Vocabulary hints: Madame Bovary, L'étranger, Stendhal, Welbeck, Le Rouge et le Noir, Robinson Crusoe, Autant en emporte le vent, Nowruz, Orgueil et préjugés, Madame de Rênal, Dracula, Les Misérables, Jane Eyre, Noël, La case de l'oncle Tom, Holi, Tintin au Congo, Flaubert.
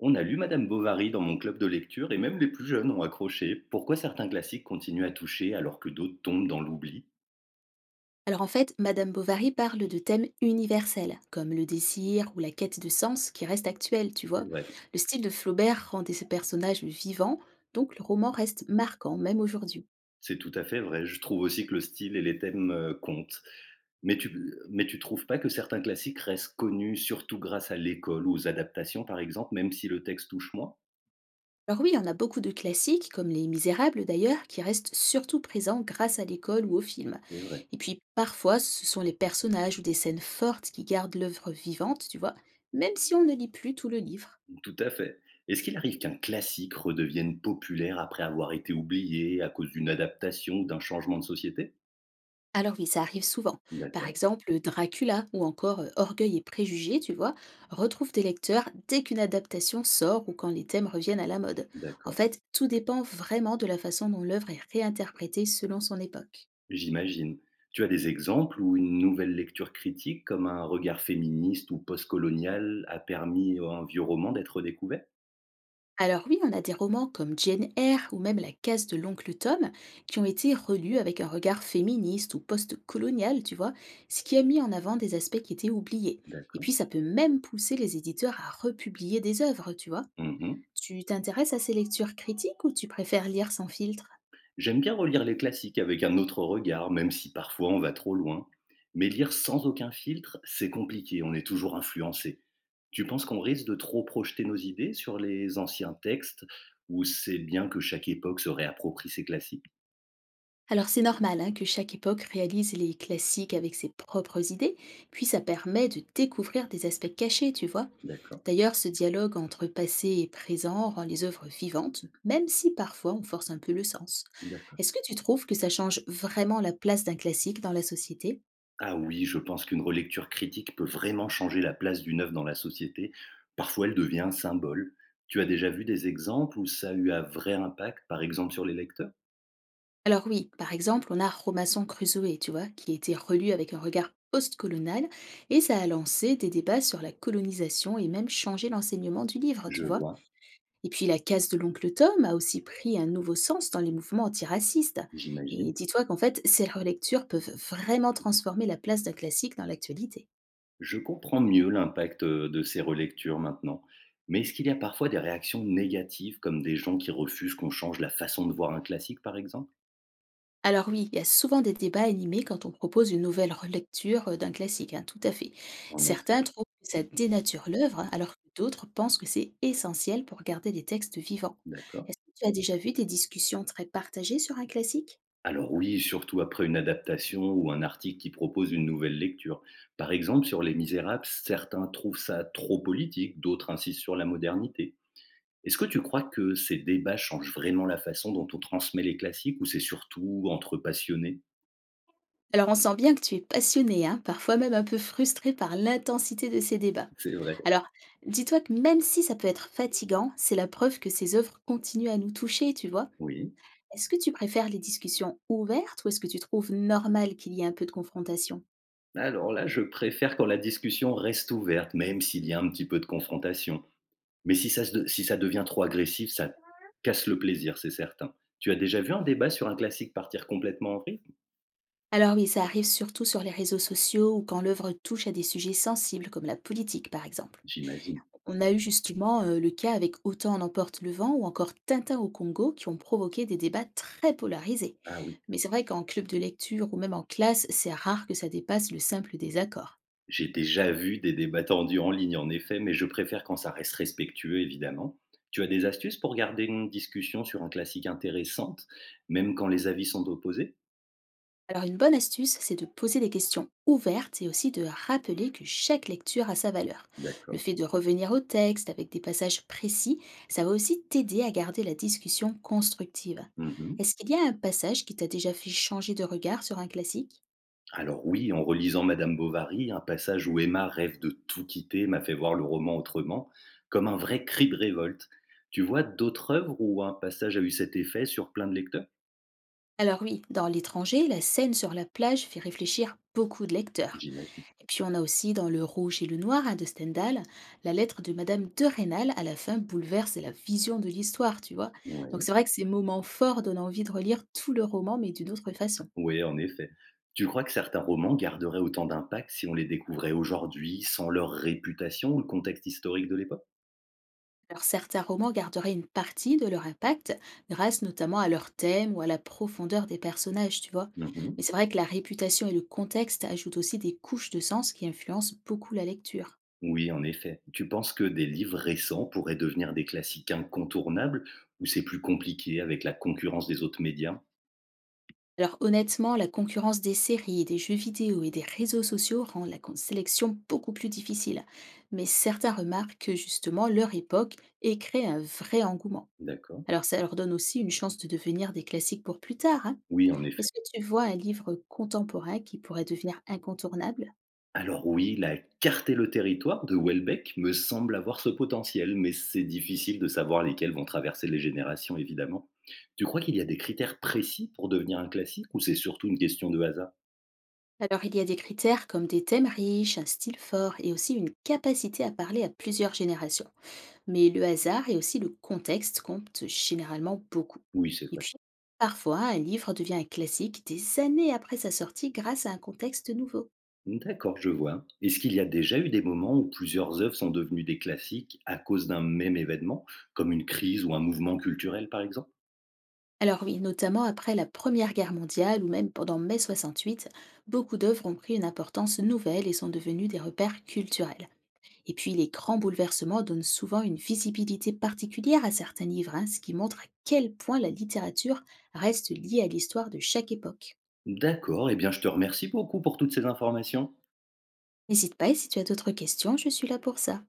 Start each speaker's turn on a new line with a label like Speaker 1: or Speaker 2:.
Speaker 1: On a lu Madame Bovary dans mon club de lecture et même les plus jeunes ont accroché. Pourquoi certains classiques continuent à toucher alors que d'autres tombent dans l'oubli?
Speaker 2: Alors en fait, Madame Bovary parle de thèmes universels, comme le désir ou la quête de sens qui reste actuelle, tu
Speaker 1: C'est
Speaker 2: vois.
Speaker 1: vrai,
Speaker 2: Le style de Flaubert rendait ses personnages vivants, donc le roman reste marquant même aujourd'hui.
Speaker 1: c'est tout à fait vrai. Je trouve aussi que le style et les thèmes comptent. Mais tu, mais tu trouves pas que certains classiques restent connus, surtout grâce à l'école ou aux adaptations, par exemple, même si le texte touche moins?
Speaker 2: Alors oui, on a beaucoup de classiques, comme Les Misérables d'ailleurs, qui restent surtout présents grâce à l'école ou au film.
Speaker 1: C'est vrai,
Speaker 2: Et puis parfois, ce sont les personnages ou des scènes fortes qui gardent l'œuvre vivante, tu vois, même si on ne lit plus tout le livre.
Speaker 1: tout à fait. Est-ce qu'il arrive qu'un classique redevienne populaire après avoir été oublié à cause d'une adaptation ou d'un changement de société?
Speaker 2: Alors oui, ça arrive souvent. Par
Speaker 1: D'accord,
Speaker 2: exemple, Dracula ou encore Orgueil et préjugés, tu vois, retrouvent des lecteurs dès qu'une adaptation sort ou quand les thèmes reviennent à la mode. En
Speaker 1: d'accord.
Speaker 2: fait, tout dépend vraiment de la façon dont l'œuvre est réinterprétée selon son époque.
Speaker 1: J'imagine. Tu as des exemples où une nouvelle lecture critique, comme un regard féministe ou postcolonial, a permis à un vieux roman d'être découvert.
Speaker 2: Alors oui, on a des romans comme Jane Eyre ou même La case de l'oncle Tom qui ont été relus avec un regard féministe ou post-colonial, tu vois, ce qui a mis en avant des aspects qui étaient oubliés. Et
Speaker 1: D'accord.
Speaker 2: puis ça peut même pousser les éditeurs à republier des œuvres, tu vois.
Speaker 1: Mmh.
Speaker 2: Tu t'intéresses à ces lectures critiques ou tu préfères lire sans filtre?
Speaker 1: J'aime bien relire les classiques avec un autre regard, même si parfois on va trop loin. Mais lire sans aucun filtre, c'est compliqué, on est toujours influencé. Tu penses qu'on risque de trop projeter nos idées sur les anciens textes, ou c'est bien que chaque époque se réapproprie ses classiques?
Speaker 2: Alors c'est normal hein, que chaque époque réalise les classiques avec ses propres idées, puis ça permet de découvrir des aspects cachés, tu vois.
Speaker 1: D'accord.
Speaker 2: D'ailleurs, ce dialogue entre passé et présent rend les œuvres vivantes, même si parfois on force un peu le sens. Est-ce que tu trouves que ça change vraiment la place d'un classique dans la société?
Speaker 1: Ah oui, je pense qu'une relecture critique peut vraiment changer la place d'une œuvre dans la société. Parfois, elle devient un symbole. Tu as déjà vu des exemples où ça a eu un vrai impact, par exemple sur les lecteurs?
Speaker 2: Alors oui, par exemple, on a Robinson Crusoe, tu vois, qui a été relu avec un regard postcolonial et ça a lancé des débats sur la colonisation et même changé l'enseignement du livre,
Speaker 1: Je
Speaker 2: tu vois.
Speaker 1: vois,
Speaker 2: Et puis la case de l'oncle Tom a aussi pris un nouveau sens dans les mouvements antiracistes. Et
Speaker 1: j'imagine.
Speaker 2: dis-toi qu'en fait, ces relectures peuvent vraiment transformer la place d'un classique dans l'actualité.
Speaker 1: Je comprends mieux l'impact de ces relectures maintenant. Mais est-ce qu'il y a parfois des réactions négatives, comme des gens qui refusent qu'on change la façon de voir un classique, par exemple?
Speaker 2: Alors oui, il y a souvent des débats animés quand on propose une nouvelle relecture d'un classique, hein, tout à fait.
Speaker 1: En effet.
Speaker 2: Certains trouvent que ça dénature l'œuvre, hein, alors que d'autres pensent que c'est essentiel pour garder les textes vivants.
Speaker 1: D'accord.
Speaker 2: Est-ce que tu as déjà vu des discussions très partagées sur un classique?
Speaker 1: Alors oui, surtout après une adaptation ou un article qui propose une nouvelle lecture. Par exemple, sur Les Misérables, certains trouvent ça trop politique, d'autres insistent sur la modernité. Est-ce que tu crois que ces débats changent vraiment la façon dont on transmet les classiques ou c'est surtout entre passionnés?
Speaker 2: Alors on sent bien que tu es passionné, hein, parfois même un peu frustré par l'intensité de ces débats.
Speaker 1: C'est vrai,
Speaker 2: Alors dis-toi que même si ça peut être fatigant, c'est la preuve que ces œuvres continuent à nous toucher, tu vois.
Speaker 1: oui.
Speaker 2: Est-ce que tu préfères les discussions ouvertes ou est-ce que tu trouves normal qu'il y ait un peu de confrontation?
Speaker 1: Alors là, je préfère quand la discussion reste ouverte, même s'il y a un petit peu de confrontation. Mais si ça devient trop agressif, ça casse le plaisir, c'est certain. Tu as déjà vu un débat sur un classique partir complètement en vrille?
Speaker 2: Alors oui, ça arrive surtout sur les réseaux sociaux ou quand l'œuvre touche à des sujets sensibles comme la politique par exemple.
Speaker 1: J'imagine.
Speaker 2: On a eu justement le cas avec Autant en emporte le vent ou encore Tintin au Congo qui ont provoqué des débats très polarisés.
Speaker 1: Ah oui,
Speaker 2: Mais c'est vrai qu'en club de lecture ou même en classe, c'est rare que ça dépasse le simple désaccord.
Speaker 1: j'ai déjà vu des débats tendus en ligne en effet, mais je préfère quand ça reste respectueux évidemment. Tu as des astuces pour garder une discussion sur un classique intéressante, même quand les avis sont opposés?
Speaker 2: Alors une bonne astuce, c'est de poser des questions ouvertes et aussi de rappeler que chaque lecture a sa valeur. Le
Speaker 1: D'accord.
Speaker 2: fait de revenir au texte avec des passages précis, ça va aussi t'aider à garder la discussion constructive.
Speaker 1: Mhm.
Speaker 2: Est-ce qu'il y a un passage qui t'a déjà fait changer de regard sur un classique?
Speaker 1: Alors oui, en relisant Madame Bovary, un passage où Emma rêve de tout quitter m'a fait voir le roman autrement, comme un vrai cri de révolte. Tu vois d'autres œuvres où un passage a eu cet effet sur plein de lecteurs?
Speaker 2: Alors oui, dans L'étranger, la scène sur la plage fait réfléchir beaucoup de lecteurs.
Speaker 1: J'imagine.
Speaker 2: Et puis on a aussi dans Le Rouge et le Noir hein, de Stendhal, la lettre de Madame de Rênal à la fin bouleverse la vision de l'histoire, tu vois. Donc
Speaker 1: Ouais.
Speaker 2: c'est vrai que ces moments forts donnent envie de relire tout le roman, mais d'une autre façon.
Speaker 1: Oui, en effet. Tu crois que certains romans garderaient autant d'impact si on les découvrait aujourd'hui, sans leur réputation ou le contexte historique de l'époque?
Speaker 2: Alors certains romans garderaient une partie de leur impact, grâce notamment à leur thème ou à la profondeur des personnages, tu vois.
Speaker 1: Mhm.
Speaker 2: Mais c'est vrai que la réputation et le contexte ajoutent aussi des couches de sens qui influencent beaucoup la lecture.
Speaker 1: Oui, en effet. Tu penses que des livres récents pourraient devenir des classiques incontournables ou c'est plus compliqué avec la concurrence des autres médias?
Speaker 2: Alors honnêtement, la concurrence des séries, des jeux vidéo et des réseaux sociaux rend la sélection beaucoup plus difficile. Mais certains remarquent que justement leur époque et créent un vrai engouement.
Speaker 1: D'accord.
Speaker 2: Alors ça leur donne aussi une chance de devenir des classiques pour plus tard, hein.
Speaker 1: Oui, en effet.
Speaker 2: Est-ce que tu vois un livre contemporain qui pourrait devenir incontournable?
Speaker 1: Alors oui, la carte et le territoire de Welbeck me semble avoir ce potentiel, mais c'est difficile de savoir lesquels vont traverser les générations, évidemment. Tu crois qu'il y a des critères précis pour devenir un classique ou c'est surtout une question de hasard?
Speaker 2: Alors il y a des critères comme des thèmes riches, un style fort et aussi une capacité à parler à plusieurs générations. Mais le hasard et aussi le contexte comptent généralement beaucoup.
Speaker 1: Oui, c'est
Speaker 2: Et
Speaker 1: vrai.
Speaker 2: puis, parfois, un livre devient un classique des années après sa sortie grâce à un contexte nouveau.
Speaker 1: D'accord, je vois. Est-ce qu'il y a déjà eu des moments où plusieurs œuvres sont devenues des classiques à cause d'un même événement, comme une crise ou un mouvement culturel par exemple?
Speaker 2: Alors oui, notamment après la Première Guerre mondiale ou même pendant mai 68, beaucoup d'œuvres ont pris une importance nouvelle et sont devenues des repères culturels. Et puis les grands bouleversements donnent souvent une visibilité particulière à certains livres, hein, ce qui montre à quel point la littérature reste liée à l'histoire de chaque époque.
Speaker 1: D'accord, eh bien je te remercie beaucoup pour toutes ces informations.
Speaker 2: N'hésite pas et si tu as d'autres questions, je suis là pour ça.